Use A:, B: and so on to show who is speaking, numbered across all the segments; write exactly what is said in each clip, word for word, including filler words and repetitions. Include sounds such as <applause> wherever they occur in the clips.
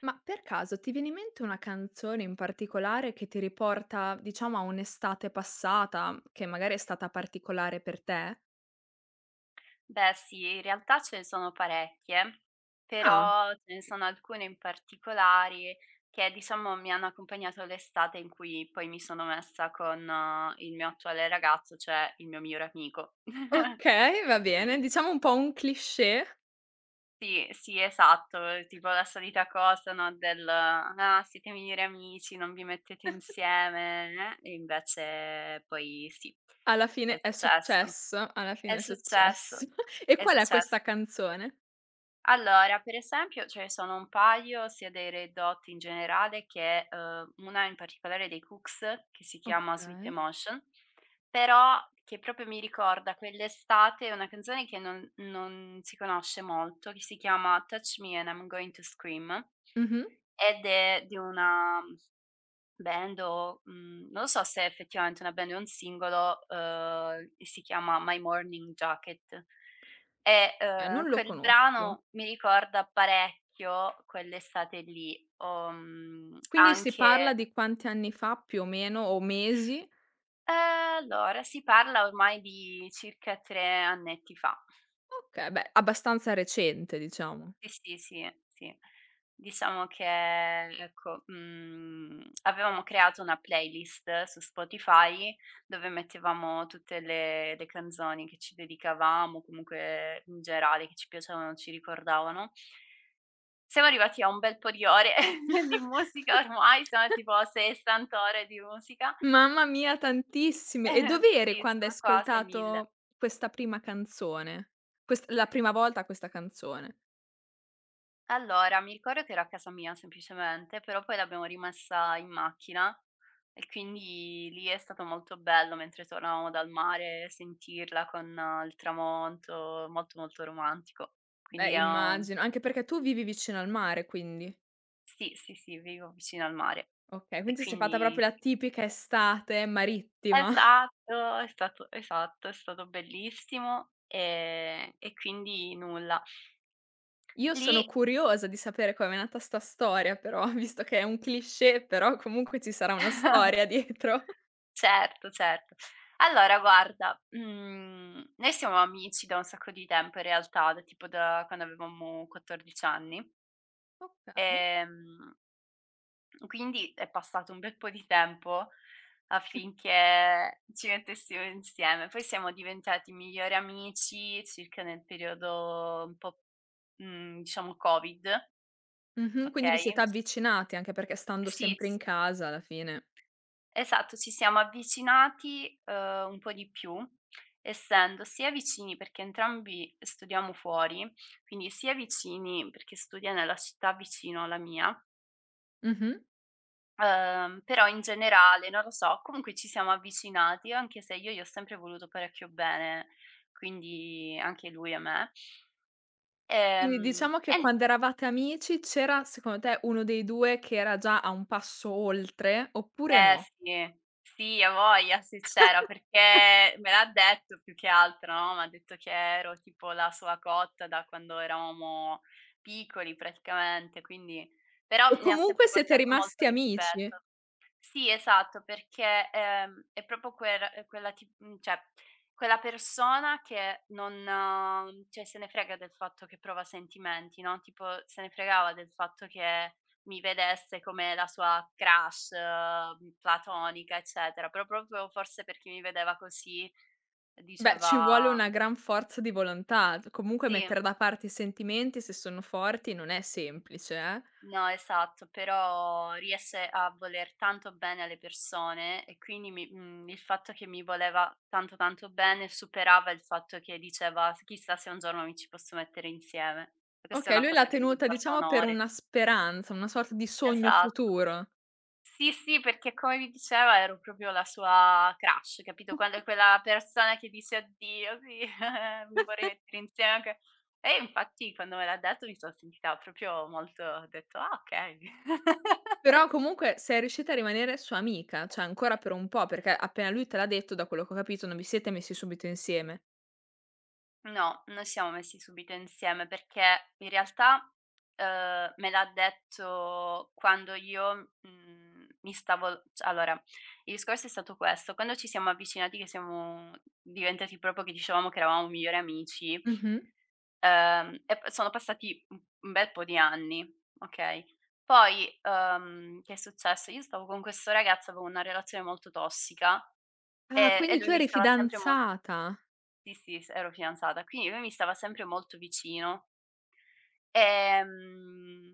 A: Ma per caso ti viene in mente una canzone in particolare che ti riporta, diciamo, a un'estate passata, che magari è stata particolare per te?
B: Beh sì, in realtà ce ne sono parecchie,
A: Ah,
B: però ce ne sono alcune in particolari che diciamo mi hanno accompagnato l'estate in cui poi mi sono messa con eh, il mio attuale ragazzo, cioè il mio migliore amico. <laughs>
A: okay, va bene. Diciamo un po' un cliché,
B: Sì, sì, esatto, tipo la solita cosa, no, del: "Ah, siete migliori amici, non vi mettete insieme", eh, e invece poi sì,
A: alla
B: è
A: fine è
B: successo.
A: successo, alla
B: È
A: fine è successo.
B: successo,
A: <laughs> E
B: è
A: qual è
B: successo.
A: questa canzone?
B: Allora, per esempio ce ne sono un paio sia dei Red Hot in generale che, uhm, una in particolare dei Cooks che si chiama "Sweet
A: Okay.
B: Emotion", però che proprio mi ricorda quell'estate, una canzone che non non si conosce molto, che si chiama "Touch Me and I'm Going to Scream"
A: Mh-mh.
B: ed è di una band o, mhmm, non lo so se è effettivamente una band o un singolo, uhm, e si chiama My Morning Jacket e,
A: Eh,
B: uhm,
A: non lo
B: quel
A: conosco.
B: brano mi ricorda parecchio quell'estate lì, o, mhmm,
A: Quindi si parla
B: anche
A: di quanti anni fa più o meno o mesi?
B: ehm, allora si parla ormai di circa tre annetti fa.
A: Okay, beh, abbastanza recente diciamo.
B: Sì, sì, sì, sì. Diciamo che ecco, mhmm, avevamo creato una playlist su Spotify dove mettevamo tutte le le canzoni che ci dedicavamo, comunque in generale che ci piacevano, ci ricordavano. Siamo arrivati a un bel po' di ore <laughs> di musica
A: <laughs>
B: ormai, siamo tipo a sessanta ore di musica.
A: Mamma mia, tantissime. E
B: <laughs>
A: dov'eri
B: Sì,
A: quando hai
B: sono quasi mille.
A: ascoltato questa prima canzone? Quest La prima volta questa canzone?
B: Allora, mi ricordo che era a casa mia semplicemente, però poi l'abbiamo rimessa in macchina e quindi lì è stato molto bello mentre tornavamo dal mare sentirla con eh, il tramonto, molto molto romantico. Quindi
A: Beh,
B: è un-
A: immagino, anche perché tu vivi vicino al mare, quindi.
B: sì, sì, sì, vivo vicino al mare
A: Okay,
B: e
A: quindi sei fatta
B: quindi
A: proprio la tipica estate marittima. <laughs>
B: esatto, è stato, esatto, è stato bellissimo e, e quindi nulla.
A: Io sono
B: Lì.
A: curiosa di sapere com'è nata 'sta storia però, <laughs> visto che è un cliché, però comunque ci sarà una storia
B: <laughs>
A: dietro. <laughs>
B: Certo, certo. Allora guarda, mhmm, noi siamo amici da un sacco di tempo in realtà, da tipo da quando avevamo quattordici anni,
A: Okay.
B: ehm, quindi è passato un bel po' di tempo affinché ci mettessimo insieme. Poi siamo diventati migliori amici circa nel periodo un po', mhmm, diciamo Covid,
A: Mh-mh, quindi vi siete
B: okay?
A: avvicinati, anche perché stando
B: Sì,
A: sempre in
B: sì,
A: casa alla fine.
B: esatto, ci siamo avvicinati, uhm, un po' di più, essendo sia vicini perché entrambi studiamo fuori, quindi sia vicini perché studia nella città vicino alla mia,
A: Mh-mh.
B: uhm, però in generale, non lo so, comunque ci siamo avvicinati, anche se io gli ho sempre voluto parecchio bene, quindi anche lui a me.
A: Quindi
B: Ehm,
A: diciamo che
B: e
A: quando eravate amici c'era secondo te uno dei due che era già a un passo oltre oppure
B: Eh
A: no?
B: sì, sì avoglia, se c'era, perché me l'ha detto più che altro, no, m'ha detto che ero tipo la sua cotta da quando eravamo piccoli praticamente, quindi
A: O
B: però mi ha
A: comunque
B: sempre
A: siete
B: portato molto
A: rimasti amici?
B: rispetto. Sì, esatto, perché, ehm, è proprio quel quella ti mhmm, cioè quella persona che non eh, cioè se ne frega del fatto che prova sentimenti, no, tipo se ne fregava del fatto che mi vedesse come la sua crush, mhmm, platonica, eccetera, però proprio forse perché mi vedeva così
A: Beh, ci vuole
B: diceva
A: una gran forza di volontà, d comunque
B: sì.
A: mettere da parte i sentimenti se sono forti non è semplice, eh.
B: No, esatto, però riesce a voler tanto bene alle persone e quindi mi mhmm, il fatto che mi voleva tanto, tanto bene superava il fatto che diceva: "S chissà se un giorno mi ci posso mettere insieme." E questa è
A: Okay,
B: una
A: lui l'ha
B: cosa che gli
A: tenuta
B: porta
A: diciamo per
B: onore.
A: una speranza, una sorta di sogno
B: Esatto.
A: futuro.
B: Sì, sì, perché come vi diceva ero proprio la sua crush, capito? Quando è quella persona che dice: "Oddio, sì, <laughs> mi vorrei mettere insieme anche" e infatti quando me l'ha detto mi son sentita proprio molto ho detto: "Ah okay." <laughs>
A: Però comunque sei riuscita a rimanere sua amica, cioè ancora per un po', perché appena lui te l'ha detto, da quello che ho capito, non vi siete messi subito insieme.
B: No, non siamo messi subito insieme perché in realtà, ehm, me l'ha detto quando io, mhmm, mi stavo c allora, il discorso è stato questo: quando ci siamo avvicinati che siamo diventati proprio che dicevamo che eravamo migliori amici,
A: Mh-mh.
B: ehm, e p sono passati un un bel po' di anni, okay, poi, ehm, che è successo: io stavo con questo ragazzo, avevo una relazione molto tossica
A: Ah,
B: e e
A: quindi
B: lui
A: tu
B: mi
A: eri
B: stava sempre mol
A: fidanzata.
B: sì, sì, s ero fidanzata, quindi lui mi stava sempre molto vicino. Ehm,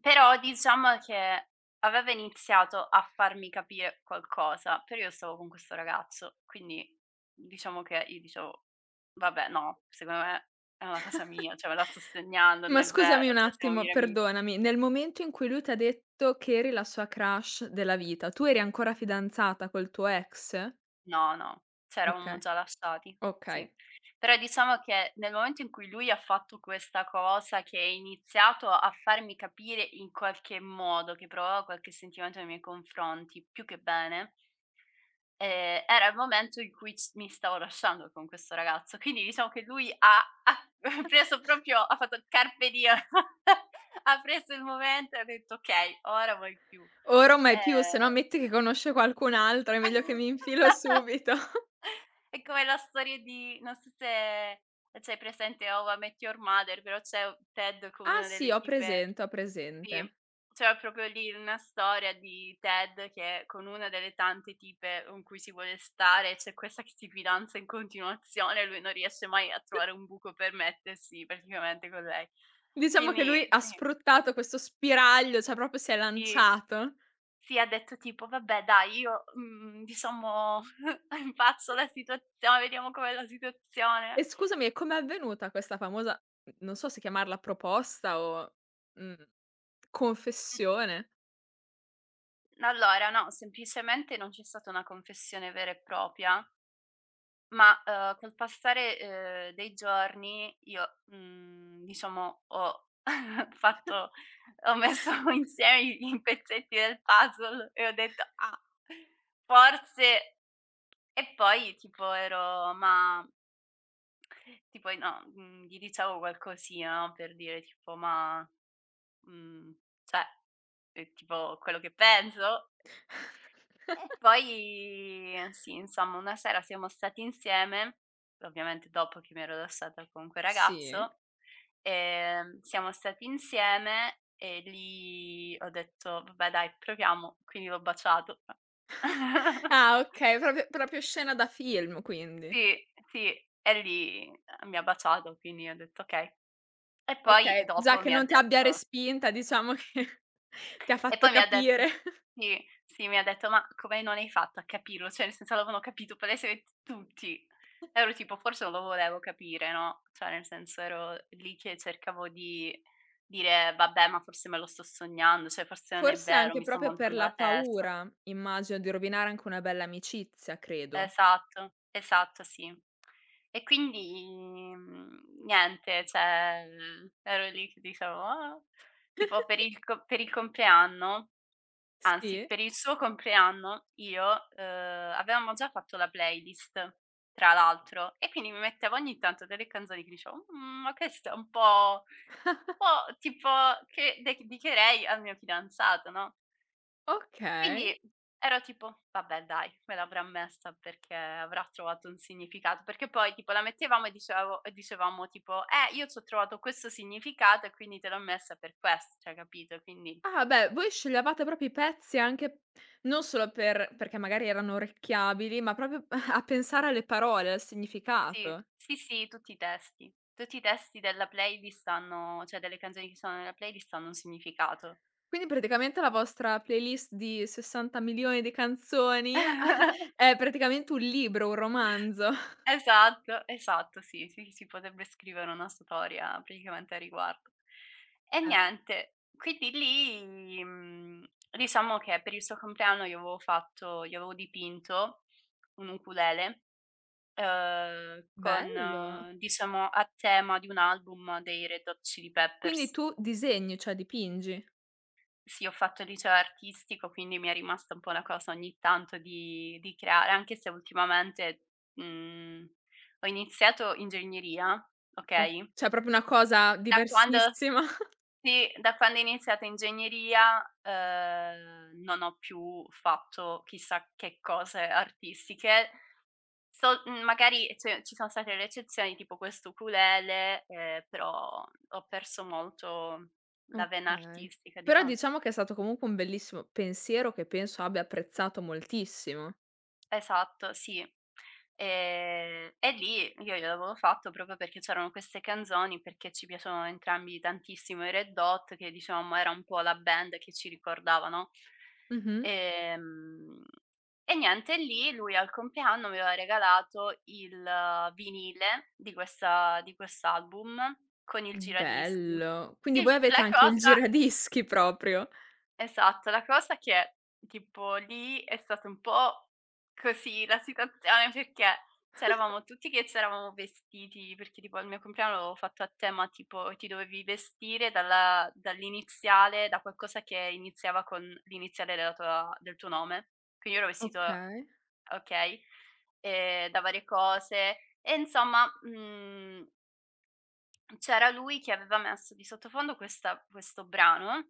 B: però diciamo che aveva iniziato a farmi capire qualcosa, però io stavo con questo ragazzo, quindi diciamo che io dicevo: "Vabbè no, secondo me è una cosa mia, cioè me la sto segnando, non
A: Ma
B: è
A: scusami
B: vero,
A: un
B: cioè siamo
A: attimo,
B: miei ami."
A: perdonami, nel momento in cui lui t'ha detto che eri la sua crush della vita, tu eri ancora fidanzata col tuo ex?
B: No, no, c'eravamo
A: Okay,
B: già lasciati,
A: okay.
B: sì. Però diciamo che nel momento in cui lui ha fatto questa cosa, che ha iniziato a farmi capire in qualche modo che provava qualche sentimento nei miei confronti, più che bene, ehm, era il momento in cui c mi stavo lasciando con questo ragazzo. Quindi diciamo che lui ha ha <laughs> preso proprio
A: <laughs>
B: ha fatto carpe diem, <laughs> ha preso il momento e ha detto: "Okay, ora vuoi più".
A: Ora o mai più, se no
B: Ehm
A: metti che conosce qualcun'altro, è meglio che mi infilo
B: <laughs>
A: subito. <laughs>
B: È come la storia di non so se c'hai presente How I Met Your Mother, però c'è u Ted come
A: Ah
B: una
A: sì,
B: delle
A: ho
B: tipe
A: presente, ho
B: sì,
A: presente.
B: cioè proprio lì una storia di Ted che è con una delle tante tipe con cui si vuole stare, c'è questa che si fidanza in continuazione e lui non riesce mai a trovare un buco per mettersi praticamente con lei.
A: Diciamo che
B: Quindi
A: lui ha
B: sì,
A: sfruttato questo spiraglio, cioè proprio si è
B: sì,
A: lanciato.
B: sì, ha detto tipo: "Vabbè dai io, mhmm, diciamo <laughs> impazzo la situazione, vediamo com'è la
A: E
B: situazione".
A: scusami, e com'è avvenuta questa famosa n non so se chiamarla proposta o, mhmm, confessione?
B: Allora no, semplicemente non c'è stata una confessione vera e propria, ma, uhm, col passare, ehm, dei giorni io, mhmm, diciamo ho <laughs> fatto ho messo <laughs> insieme i i pezzetti del puzzle e ho detto: "Ah, forse" e poi tipo ero ma tipo i no, mhmm, gli dicevo qualcosina, no, per dire tipo: "Ma, mhmm, cioè, è tipo quello che penso?" <laughs> E poi sì, insomma, una sera siamo stati insieme, ovviamente dopo che mi ero lasciata con quel
A: Sì.
B: ragazzo, ehm, siamo stati insieme e lì ho detto: "Vabbè dai, proviamo", quindi l'ho baciato.
A: Ah
B: <laughs>
A: okay, proprio proprio scena da film quindi.
B: Sì, sì, e lì, ehm, mi ha baciato, quindi ho detto: "Okay". E poi
A: Okay, già
B: dopo
A: che
B: mi ha
A: non ti abbia
B: detto
A: respinta diciamo che <laughs> ti ha
B: E
A: fatto
B: poi mi ha detto
A: capire.
B: sì, sì, mi ha detto: "Ma come non hai fatto a capirlo?" Cioè, nel senso l'avevano capito palesemente tutti. Ero tipo: "Forse non lo volevo capire", no, cioè nel senso ero lì che cercavo di dire: "Vabbè, ma forse me lo sto sognando, cioè forse non è
A: Forse
B: vero,
A: anche
B: mi sto
A: proprio per
B: montando
A: la
B: la testa".
A: paura, immagino, di rovinare anche una bella amicizia, credo.
B: Esatto, esatto, sì. E quindi, mhmm, niente, cioè, ero lì che dicevo: "Ah". Tipo per il co per il compleanno anzi,
A: Sì?
B: per il suo compleanno io, uhm, avevamo già fatto la playlist, tra l'altro, e quindi mi mettevo ogni tanto delle canzoni che dicevo: "Mhmm, ma questa è un po' un po' tipo che dedicherei al mio fidanzato", no,
A: Okay.
B: quindi ero tipo: "Vabbè dai, me l'avrà messa perché avrà trovato un significato", perché poi tipo la mettevamo e dicevo e dicevamo tipo: "Eh, io c'ho trovato questo significato e quindi te l'ho messa per questo", cioè capito? Quindi
A: Ah beh, voi sceglievate proprio i pezzi anche non solo per perché magari erano orecchiabili, ma proprio <laughs> a pensare alle parole, al
B: sì,
A: significato.
B: sì, sì, tutti i testi. Tutti i testi della playlist hanno cioè delle canzoni che sono nella playlist hanno un significato.
A: Quindi praticamente la vostra playlist di sessanta milioni di canzoni <laughs>
B: <laughs>
A: è praticamente un libro, un romanzo.
B: Esatto, esatto, sì, sì, si potrebbe scrivere una storia praticamente a riguardo. E
A: Eh,
B: niente, quindi lì, mhmm, diciamo che per il suo compleanno gli avevo fatto gli avevo dipinto un ukulele, uhm, con
A: Bello.
B: eh, diciamo a tema di un album dei Red Hot Chili
A: Quindi
B: Peppers.
A: tu disegni, cioè dipingi?
B: Sì, ho fatto il liceo artistico, quindi mi è rimasta un po' la cosa ogni tanto di di creare, anche se ultimamente, mhmm, ho iniziato ingegneria,
A: O
B: okay,
A: cioè proprio una cosa
B: da quando
A: diversissima. <laughs>
B: sì, da quando ho iniziato ingegneria, ehm, non ho più fatto chissà che cose artistiche. So mhmm, magari cioè, ci sono state le eccezioni, tipo questo ukulele, ehm, però ho perso molto la vena
A: Okay.
B: artistica,
A: Però
B: diciamo.
A: diciamo che è stato comunque un bellissimo pensiero che penso abbia apprezzato moltissimo.
B: Esatto, sì. Ehm, e lì io gliel'avevo fatto proprio perché c'erano queste canzoni, perché ci piacevano entrambi tantissimo i Red Hot, che diciamo era un po' la band che ci ricordava, no,
A: Mh-mh.
B: ehm, e niente lì lui al compleanno mi aveva regalato il eh, vinile di questa di quest'album con il giradischi.
A: Bello. Quindi voi
B: Il
A: avete
B: la
A: anche il
B: cosa
A: giradischi proprio?
B: Esatto, la cosa che è, tipo lì è stato un po' così la situazione perché c'eravamo tutti che c'eravamo vestiti, perché tipo al mio compleanno l'avevo fatto a tema tipo ti dovevi vestire dalla dall'iniziale, da qualcosa che iniziava con l'iniziale della tua del tuo nome. Quindi io ero vestito
A: Okay,
B: okay, ehm, da varie cose e insomma, mhmm, c'era lui che aveva messo di sottofondo questa questo brano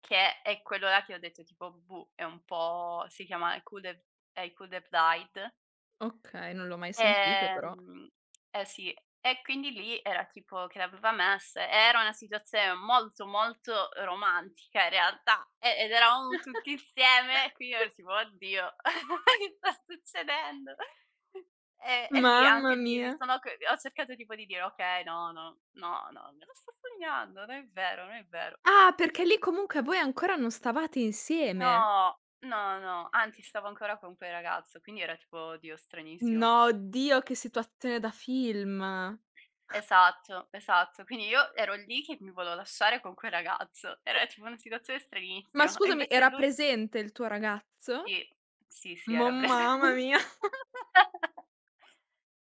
B: che è quello là che ho detto tipo: "Boh", è un po' si chiama I Could Have I Could Have Died.
A: okay, non l'ho mai sentito però.
B: Ehm, eh sì, e quindi lì era tipo che l'aveva messa, era una situazione molto, molto romantica in realtà, e ed eravamo tutti
A: <laughs>
B: insieme e quindi ero tipo: "Oddio, <laughs> che sta succedendo?" E e lì
A: Mamma
B: anche lì
A: mia.
B: mi sono c ho cercato tipo di dire: "Okay, no, no, no, no, me lo sto sognando, non è vero, non è vero."
A: Ah, perché lì comunque voi ancora non stavate insieme.
B: No, no, no, anzi stavo ancora con quel ragazzo, quindi era tipo: "Oddio stranissimo".
A: No, oddio che situazione da film.
B: Esatto, esatto. Quindi io ero lì che mi volevo lasciare con quel ragazzo. Era tipo una situazione
A: Ma
B: stranissima e
A: scusami,
B: invece
A: era
B: lui
A: presente il tuo ragazzo?
B: sì, sì, sì
A: Mo
B: era presen.
A: Mamma mia.
B: <laughs>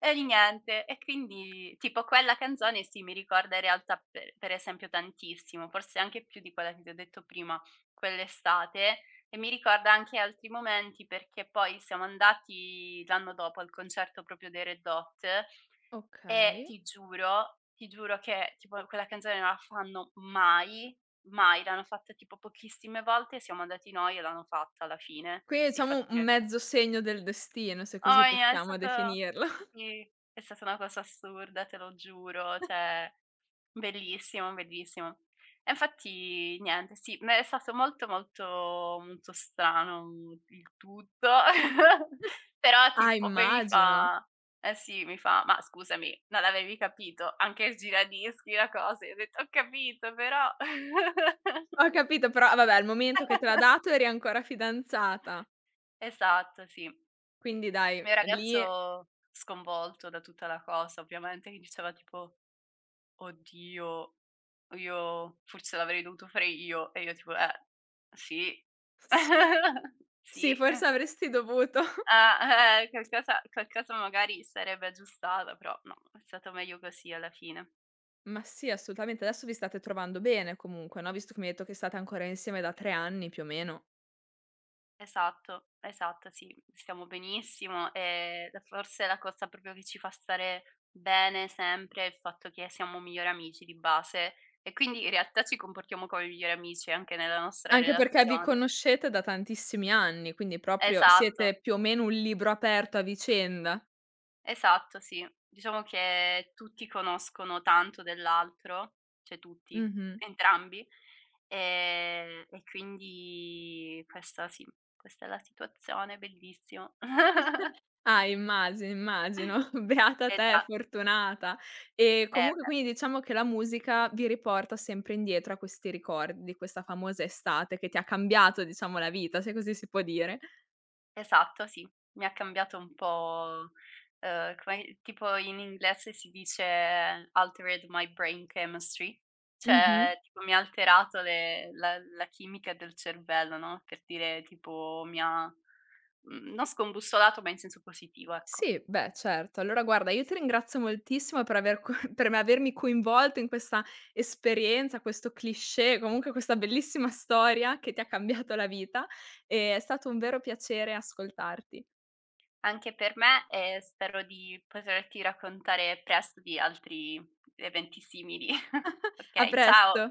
B: E di niente. E quindi tipo quella canzone sì, mi ricorda in realtà per per esempio tantissimo, forse anche più di quella che ti ho detto prima, quell'estate, e mi ricorda anche altri momenti perché poi siamo andati l'anno dopo al concerto proprio dei Red Hot e
A: Okay.
B: ti giuro, ti giuro che tipo quella canzone non la fanno mai, mai, l'hanno fatta tipo pochissime volte, siamo andati noi e l'hanno fatta alla fine.
A: Quindi
B: E
A: diciamo
B: infatti
A: un mezzo segno del destino, se così
B: oh, yeah, è
A: possiamo
B: stato
A: definirlo.
B: sì, è stata una cosa assurda, te lo giuro, cioè bellissimo, bellissimo. E infatti niente, sì, ma è stato molto, molto, molto strano il tutto, <laughs> però
A: Ah,
B: tipo poi mi
A: immagino.
B: fa eh sì, mi fa: "Ma scusami, non l'avevi capito? Anche il giradischi, la cosa". Io ho detto: "Ho capito, però" <laughs>
A: Ho capito, però vabbè al momento che te l'ha dato eri ancora fidanzata,
B: esatto, sì.
A: quindi
B: Il
A: dai,
B: mio
A: lì
B: ragazzo sconvolto da tutta la cosa, ovviamente, che diceva tipo: "Oddio, io forse l'avrei dovuto fare io e io tipo: "Eh, sì,
A: sì,
B: <laughs> sì,
A: sì, forse
B: eh,
A: avresti dovuto. <laughs>
B: ah, eh, qualcosa qualcosa magari si sarebbe aggiustata, però no, è stato meglio così alla fine."
A: Ma sì, assolutamente. Adesso vi state trovando bene comunque, no, visto che mi hai detto che state ancora insieme da tre anni più o meno.
B: Esatto, esatto, sì, stiamo benissimo, ehm, la forse la cosa proprio che ci fa stare bene sempre è il fatto che siamo migliori amici di base e quindi in realtà ci comportiamo come migliori amici anche nella nostra
A: Anche perché vi
B: relazione.
A: conoscete da tantissimi anni, quindi proprio
B: Esatto.
A: siete più o meno un libro aperto a vicenda.
B: Esatto, sì. Diciamo che tutti conoscono tanto dell'altro, cioè tutti,
A: Mh-mh.
B: entrambi, ehm, e quindi questa sì, questa è la situazione, bellissimo. <laughs>
A: Ah, immagino, immagino. <laughs> Beata
B: Eh
A: te,
B: già,
A: fortunata. E
B: eh
A: comunque
B: beh.
A: quindi diciamo che la musica vi riporta sempre indietro a questi ricordi di questa famosa estate che ti ha cambiato, diciamo, la vita, se così si può dire.
B: Esatto, sì. Mi ha cambiato un po', ehm, come tipo in inglese si dice altered my brain chemistry,
A: Mh-mh.
B: cioè tipo mi ha alterato le la la chimica del cervello, no, per dire tipo mi ha, mhmm, non scombussolato, ma in senso positivo, ecco.
A: Sì, beh, certo. Allora guarda, io ti ringrazio moltissimo per aver co <laughs> per avermi coinvolto in questa esperienza, questo cliché, comunque questa bellissima storia che ti ha cambiato la vita. E È stato un vero piacere ascoltarti.
B: Anche per me e spero di poterti raccontare presto di altri eventi simili. <laughs>
A: A
B: Okay,
A: presto.
B: ciao.